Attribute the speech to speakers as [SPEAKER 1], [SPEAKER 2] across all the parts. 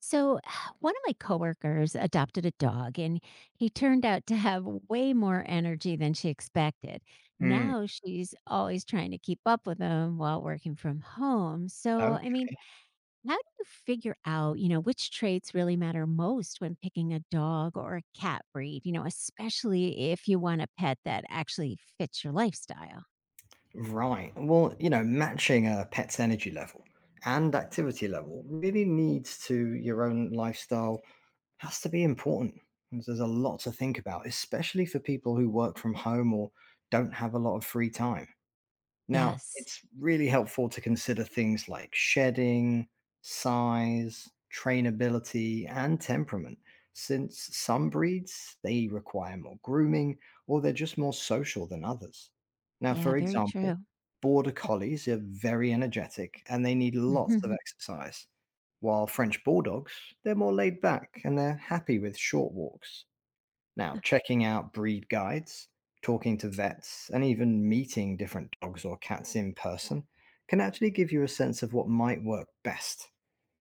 [SPEAKER 1] So, one of my coworkers adopted a dog and he turned out to have way more energy than she expected.
[SPEAKER 2] Mm,
[SPEAKER 1] Now she's always trying to keep up with him while working from home. So, I
[SPEAKER 2] okay.
[SPEAKER 1] mean, how do you figure out, which traits really matter most when picking a dog or a cat breed, especially if you want a pet that actually fits your lifestyle?
[SPEAKER 2] Right. Well, you know, matching a pet's energy level and activity level really needs to your own lifestyle has to be important. And there's a lot to think about, especially for people who work from home or don't have a lot of free time. Now,
[SPEAKER 1] Yes.
[SPEAKER 2] it's really helpful to consider things like shedding, size, trainability, and temperament, since some breeds they require more grooming or they're just more social than others. Now,
[SPEAKER 1] Yeah,
[SPEAKER 2] for
[SPEAKER 1] very
[SPEAKER 2] example,
[SPEAKER 1] true.
[SPEAKER 2] border collies are very energetic and they need lots of exercise, while French bulldogs, they're more laid back and they're happy with short walks. Now, checking out breed guides, talking to vets, and even meeting different dogs or cats in person can actually give you a sense of what might work best.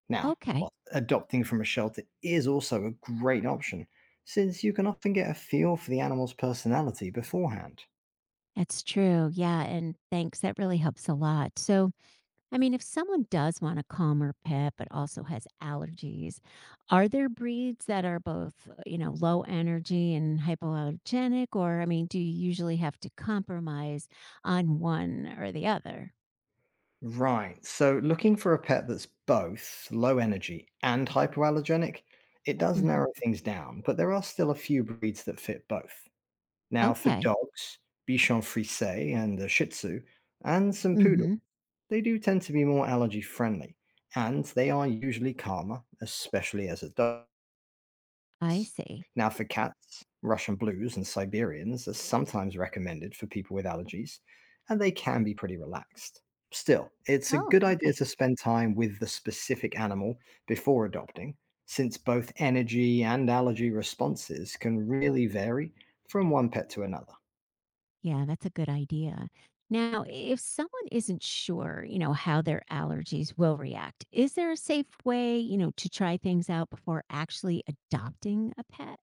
[SPEAKER 2] Now,
[SPEAKER 1] Okay.
[SPEAKER 2] while adopting from a shelter is also a great option, since you can often get a feel for the animal's personality beforehand.
[SPEAKER 1] That's true. Yeah. And thanks. That really helps a lot. So, I mean, if someone does want a calmer pet but also has allergies, are there breeds that are both, low energy and hypoallergenic? Or, I mean, do you usually have to compromise on one or the other?
[SPEAKER 2] Right. So looking for a pet that's both low energy and hypoallergenic, it does narrow
[SPEAKER 1] Hmm.
[SPEAKER 2] things down, but there are still a few breeds that fit both. Now, for
[SPEAKER 1] Okay.
[SPEAKER 2] dogs, Bichon Frise and the Shih Tzu, and some poodle,
[SPEAKER 1] Hmm.
[SPEAKER 2] they do tend to be more allergy friendly, and they are usually calmer, especially as a dog.
[SPEAKER 1] I see.
[SPEAKER 2] Now, for cats, Russian blues and Siberians are sometimes recommended for people with allergies, and they can be pretty relaxed. Still, it's a
[SPEAKER 1] Oh,
[SPEAKER 2] good idea to
[SPEAKER 1] okay.
[SPEAKER 2] spend time with the specific animal before adopting, since both energy and allergy responses can really vary from one pet to another.
[SPEAKER 1] Yeah, that's a good idea. Now, if someone isn't sure, how their allergies will react, is there a safe way, to try things out before actually adopting a pet?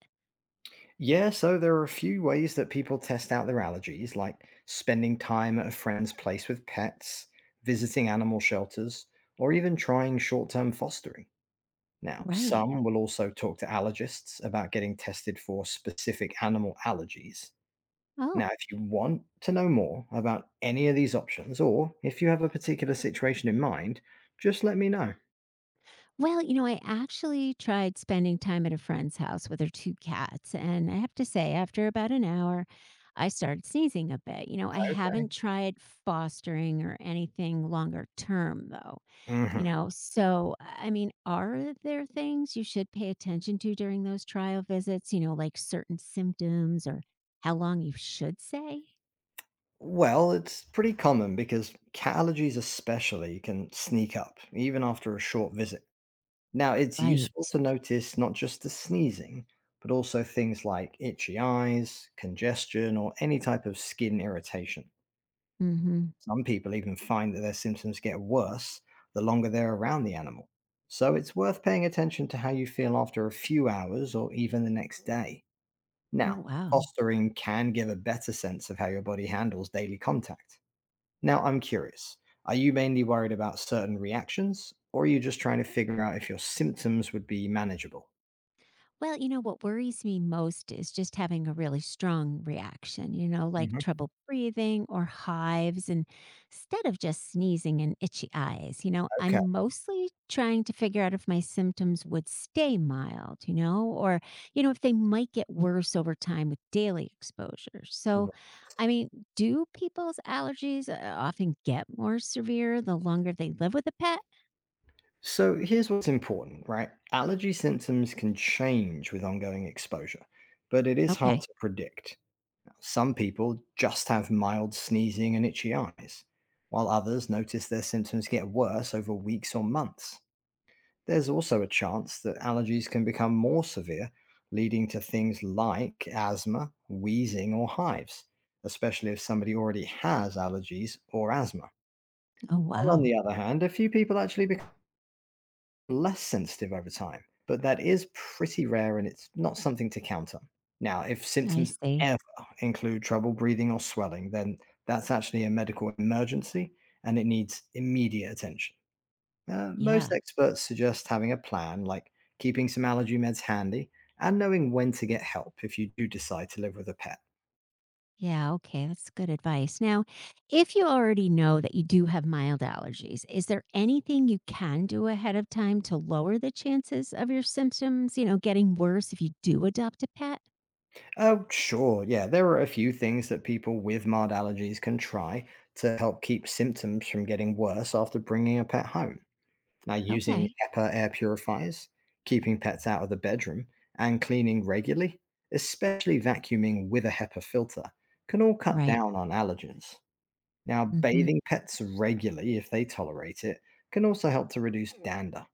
[SPEAKER 2] Yeah, so there are a few ways that people test out their allergies, like spending time at a friend's place with pets, visiting animal shelters, or even trying short term fostering. Now,
[SPEAKER 1] Right.
[SPEAKER 2] some will also talk to allergists about getting tested for specific animal allergies.
[SPEAKER 1] Oh,
[SPEAKER 2] Now, if you want to know more about any of these options, or if you have a particular situation in mind, just let me know.
[SPEAKER 1] well, I actually tried spending time at a friend's house with her two cats. And I have to say, after about an hour, I started sneezing a bit. You know, I
[SPEAKER 2] Okay.
[SPEAKER 1] haven't tried fostering or anything longer term, though. You
[SPEAKER 2] Hmm.
[SPEAKER 1] know, so I mean, are there things you should pay attention to during those trial visits? Like certain symptoms or how long you should say?
[SPEAKER 2] Well, it's pretty common because cat allergies, especially, can sneak up even after a short visit. Now, it's useful
[SPEAKER 1] Right.
[SPEAKER 2] to notice not just the sneezing, but also things like itchy eyes, congestion, or any type of skin irritation.
[SPEAKER 1] Mm-hmm.
[SPEAKER 2] Some people even find that their symptoms get worse the longer they're around the animal. So it's worth paying attention to how you feel after a few hours or even the next day.
[SPEAKER 1] Oh,
[SPEAKER 2] Now,
[SPEAKER 1] wow.
[SPEAKER 2] fostering can give a better sense of how your body handles daily contact. Now, I'm curious, are you mainly worried about certain reactions, or are you just trying to figure out if your symptoms would be manageable?
[SPEAKER 1] Well, what worries me most is just having a really strong reaction, like
[SPEAKER 2] Mhm.
[SPEAKER 1] trouble breathing or hives. And instead of just sneezing and itchy eyes,
[SPEAKER 2] Okay.
[SPEAKER 1] I'm mostly trying to figure out if my symptoms would stay mild, or, if they might get worse over time with daily exposure. So,
[SPEAKER 2] Right.
[SPEAKER 1] I mean, do people's allergies often get more severe the longer they live with a pet?
[SPEAKER 2] So here's what's important, right? Allergy symptoms can change with ongoing exposure, but it is hard
[SPEAKER 1] Okay.
[SPEAKER 2] to predict. Some people just have mild sneezing and itchy eyes, while others notice their symptoms get worse over weeks or months. There's also a chance that allergies can become more severe, leading to things like asthma, wheezing, or hives, especially if somebody already has allergies or asthma.
[SPEAKER 1] Oh,
[SPEAKER 2] And on
[SPEAKER 1] wow.
[SPEAKER 2] the other hand, a few people actually less sensitive over time, but that is pretty rare and it's not something to count on. Now, if
[SPEAKER 1] I
[SPEAKER 2] symptoms
[SPEAKER 1] see.
[SPEAKER 2] ever include trouble breathing or swelling, then that's actually a medical emergency and it needs immediate attention. Most
[SPEAKER 1] Yeah.
[SPEAKER 2] experts suggest having a plan, like keeping some allergy meds handy and knowing when to get help if you do decide to live with a pet.
[SPEAKER 1] Yeah, okay, that's good advice. Now, if you already know that you do have mild allergies, is there anything you can do ahead of time to lower the chances of your symptoms, getting worse if you do adopt a pet?
[SPEAKER 2] Oh, sure. Yeah, there are a few things that people with mild allergies can try to help keep symptoms from getting worse after bringing a pet home. Now, using
[SPEAKER 1] Okay,
[SPEAKER 2] HEPA air purifiers, keeping pets out of the bedroom, and cleaning regularly, especially vacuuming with a HEPA filter, can all cut
[SPEAKER 1] right.
[SPEAKER 2] down on allergens. Now,
[SPEAKER 1] Hmm.
[SPEAKER 2] bathing pets regularly, if they tolerate it, can also help to reduce dander.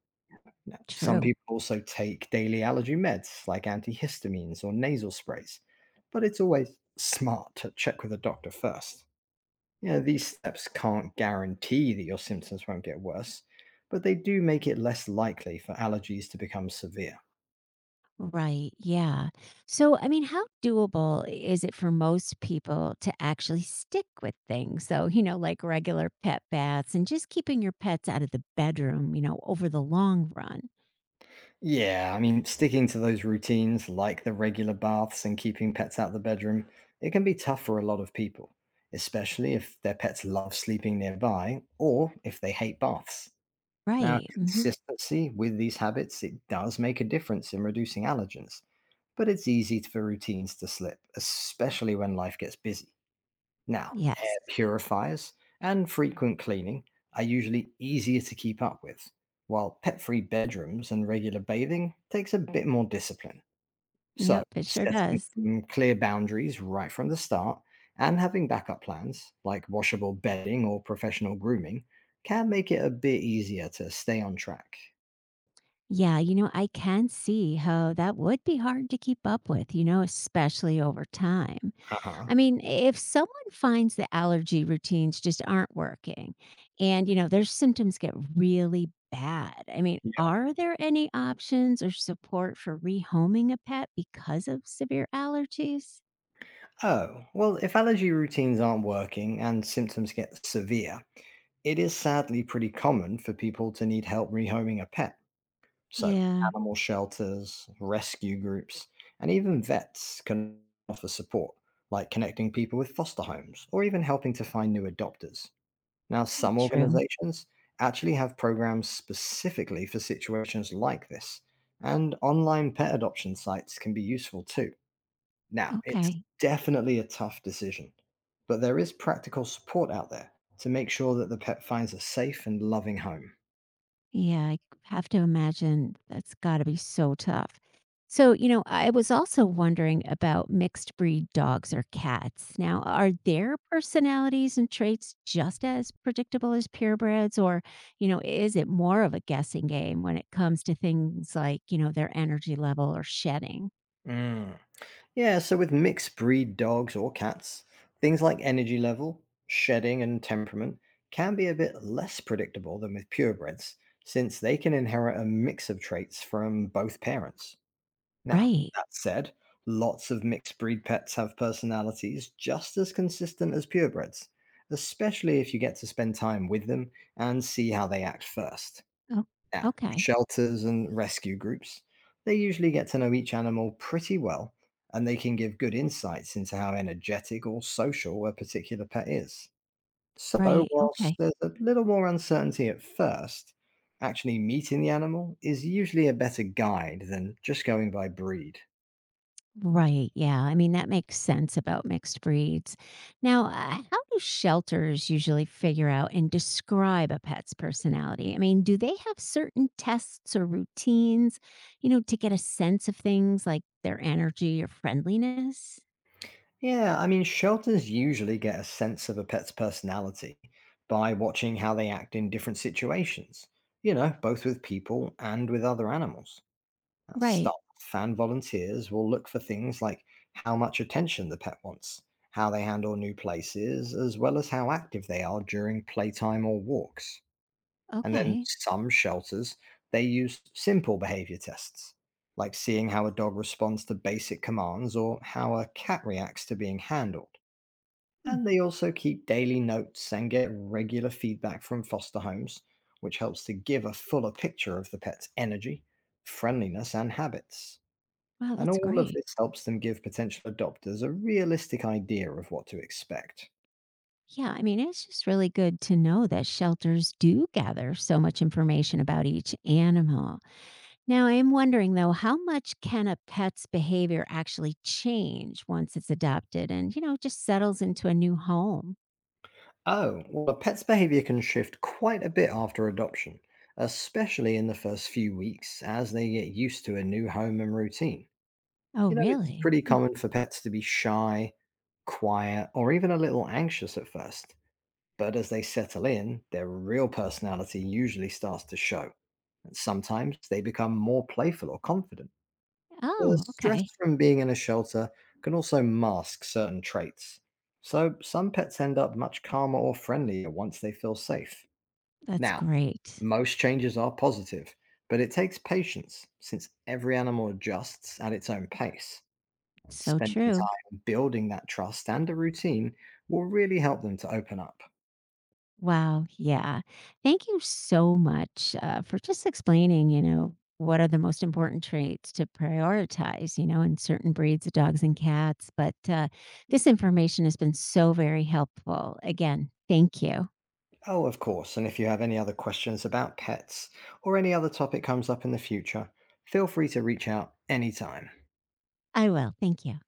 [SPEAKER 2] Now, some
[SPEAKER 1] True.
[SPEAKER 2] people also take daily allergy meds like antihistamines or nasal sprays, but it's always smart to check with a doctor first. You know, these steps can't guarantee that your symptoms won't get worse, but they do make it less likely for allergies to become severe.
[SPEAKER 1] Right. Yeah. So, I mean, how doable is it for most people to actually stick with things? So, like regular pet baths and just keeping your pets out of the bedroom, over the long run.
[SPEAKER 2] Yeah, I mean, sticking to those routines like the regular baths and keeping pets out of the bedroom, it can be tough for a lot of people, especially if their pets love sleeping nearby or if they hate baths. Now,
[SPEAKER 1] Right. Hmm.
[SPEAKER 2] consistency with these habits, it does make a difference in reducing allergens, but it's easy for routines to slip, especially when life gets busy. Now,
[SPEAKER 1] Yes.
[SPEAKER 2] air purifiers and frequent cleaning are usually easier to keep up with, while pet-free bedrooms and regular bathing takes a bit more discipline. So,
[SPEAKER 1] Yep, it sure
[SPEAKER 2] setting
[SPEAKER 1] does.
[SPEAKER 2] some clear boundaries right from the start and having backup plans like washable bedding or professional grooming can make it a bit easier to stay on track.
[SPEAKER 1] Yeah, I can see how that would be hard to keep up with, especially over time.
[SPEAKER 2] Uh-huh.
[SPEAKER 1] I mean, if someone finds the allergy routines just aren't working and, their symptoms get really bad, I mean, are there any options or support for rehoming a pet because of severe allergies?
[SPEAKER 2] Oh, well, if allergy routines aren't working and symptoms get severe, it is sadly pretty common for people to need help rehoming a pet. So,
[SPEAKER 1] Yeah,
[SPEAKER 2] animal shelters, rescue groups, and even vets can offer support, like connecting people with foster homes or even helping to find new adopters. Now, some
[SPEAKER 1] true.
[SPEAKER 2] organizations actually have programs specifically for situations like this, and online pet adoption sites can be useful too. Now, it's
[SPEAKER 1] Okay.
[SPEAKER 2] definitely a tough decision, but there is practical support out there to make sure that the pet finds a safe and loving home.
[SPEAKER 1] Yeah, I have to imagine that's got to be so tough. So, I was also wondering about mixed breed dogs or cats. Now, are their personalities and traits just as predictable as purebreds, or, is it more of a guessing game when it comes to things like, their energy level or shedding?
[SPEAKER 2] Mm. Yeah, so with mixed breed dogs or cats, things like energy level, shedding, and temperament can be a bit less predictable than with purebreds, since they can inherit a mix of traits from both parents. Now,
[SPEAKER 1] Right.
[SPEAKER 2] that said, lots of mixed breed pets have personalities just as consistent as purebreds, especially if you get to spend time with them and see how they act first.
[SPEAKER 1] Oh,
[SPEAKER 2] Now,
[SPEAKER 1] okay.
[SPEAKER 2] shelters and rescue groups, they usually get to know each animal pretty well and they can give good insights into how energetic or social a particular pet is. So,
[SPEAKER 1] Right.
[SPEAKER 2] whilst
[SPEAKER 1] Okay.
[SPEAKER 2] there's a little more uncertainty at first, actually meeting the animal is usually a better guide than just going by breed.
[SPEAKER 1] Right. Yeah. I mean, that makes sense about mixed breeds. Now, how do shelters usually figure out and describe a pet's personality? I mean, do they have certain tests or routines, to get a sense of things like their energy or friendliness?
[SPEAKER 2] Yeah, I mean, shelters usually get a sense of a pet's personality by watching how they act in different situations, you know, both with people and with other animals. Now, staff
[SPEAKER 1] Right.
[SPEAKER 2] and volunteers will look for things like how much attention the pet wants, how they handle new places, as well as how active they are during playtime or walks. And then
[SPEAKER 1] Okay.
[SPEAKER 2] some shelters, they use simple behavior tests, like seeing how a dog responds to basic commands or how a cat reacts to being handled.
[SPEAKER 1] Hmm.
[SPEAKER 2] And they also keep daily notes and get regular feedback from foster homes, which helps to give a fuller picture of the pet's energy, friendliness, and habits.
[SPEAKER 1] Wow.
[SPEAKER 2] And
[SPEAKER 1] That's
[SPEAKER 2] all of
[SPEAKER 1] great.
[SPEAKER 2] this helps them give potential adopters a realistic idea of what to expect.
[SPEAKER 1] Yeah. I mean, it's just really good to know that shelters do gather so much information about each animal. Now, I am wondering though, how much can a pet's behavior actually change once it's adopted and, just settles into a new home?
[SPEAKER 2] Oh, well, a pet's behavior can shift quite a bit after adoption, especially in the first few weeks as they get used to a new home and routine.
[SPEAKER 1] Oh,
[SPEAKER 2] You know, it's
[SPEAKER 1] really?
[SPEAKER 2] pretty common for pets to be shy, quiet, or even a little anxious at first. But as they settle in, their real personality usually starts to show. And sometimes they become more playful or confident. The
[SPEAKER 1] Oh,
[SPEAKER 2] stress
[SPEAKER 1] okay.
[SPEAKER 2] from being in a shelter can also mask certain traits. So, some pets end up much calmer or friendlier once they feel safe.
[SPEAKER 1] That's
[SPEAKER 2] Now,
[SPEAKER 1] great.
[SPEAKER 2] most changes are positive, but it takes patience since every animal adjusts at its own pace.
[SPEAKER 1] So
[SPEAKER 2] Spending
[SPEAKER 1] true.
[SPEAKER 2] time building that trust and a routine will really help them to open up.
[SPEAKER 1] Wow. Yeah. Thank you so much for just explaining, what are the most important traits to prioritize, in certain breeds of dogs and cats. But this information has been so very helpful. Again, thank you.
[SPEAKER 2] Oh, of course, and if you have any other questions about pets or any other topic comes up in the future, feel free to reach out anytime.
[SPEAKER 1] I will. Thank you.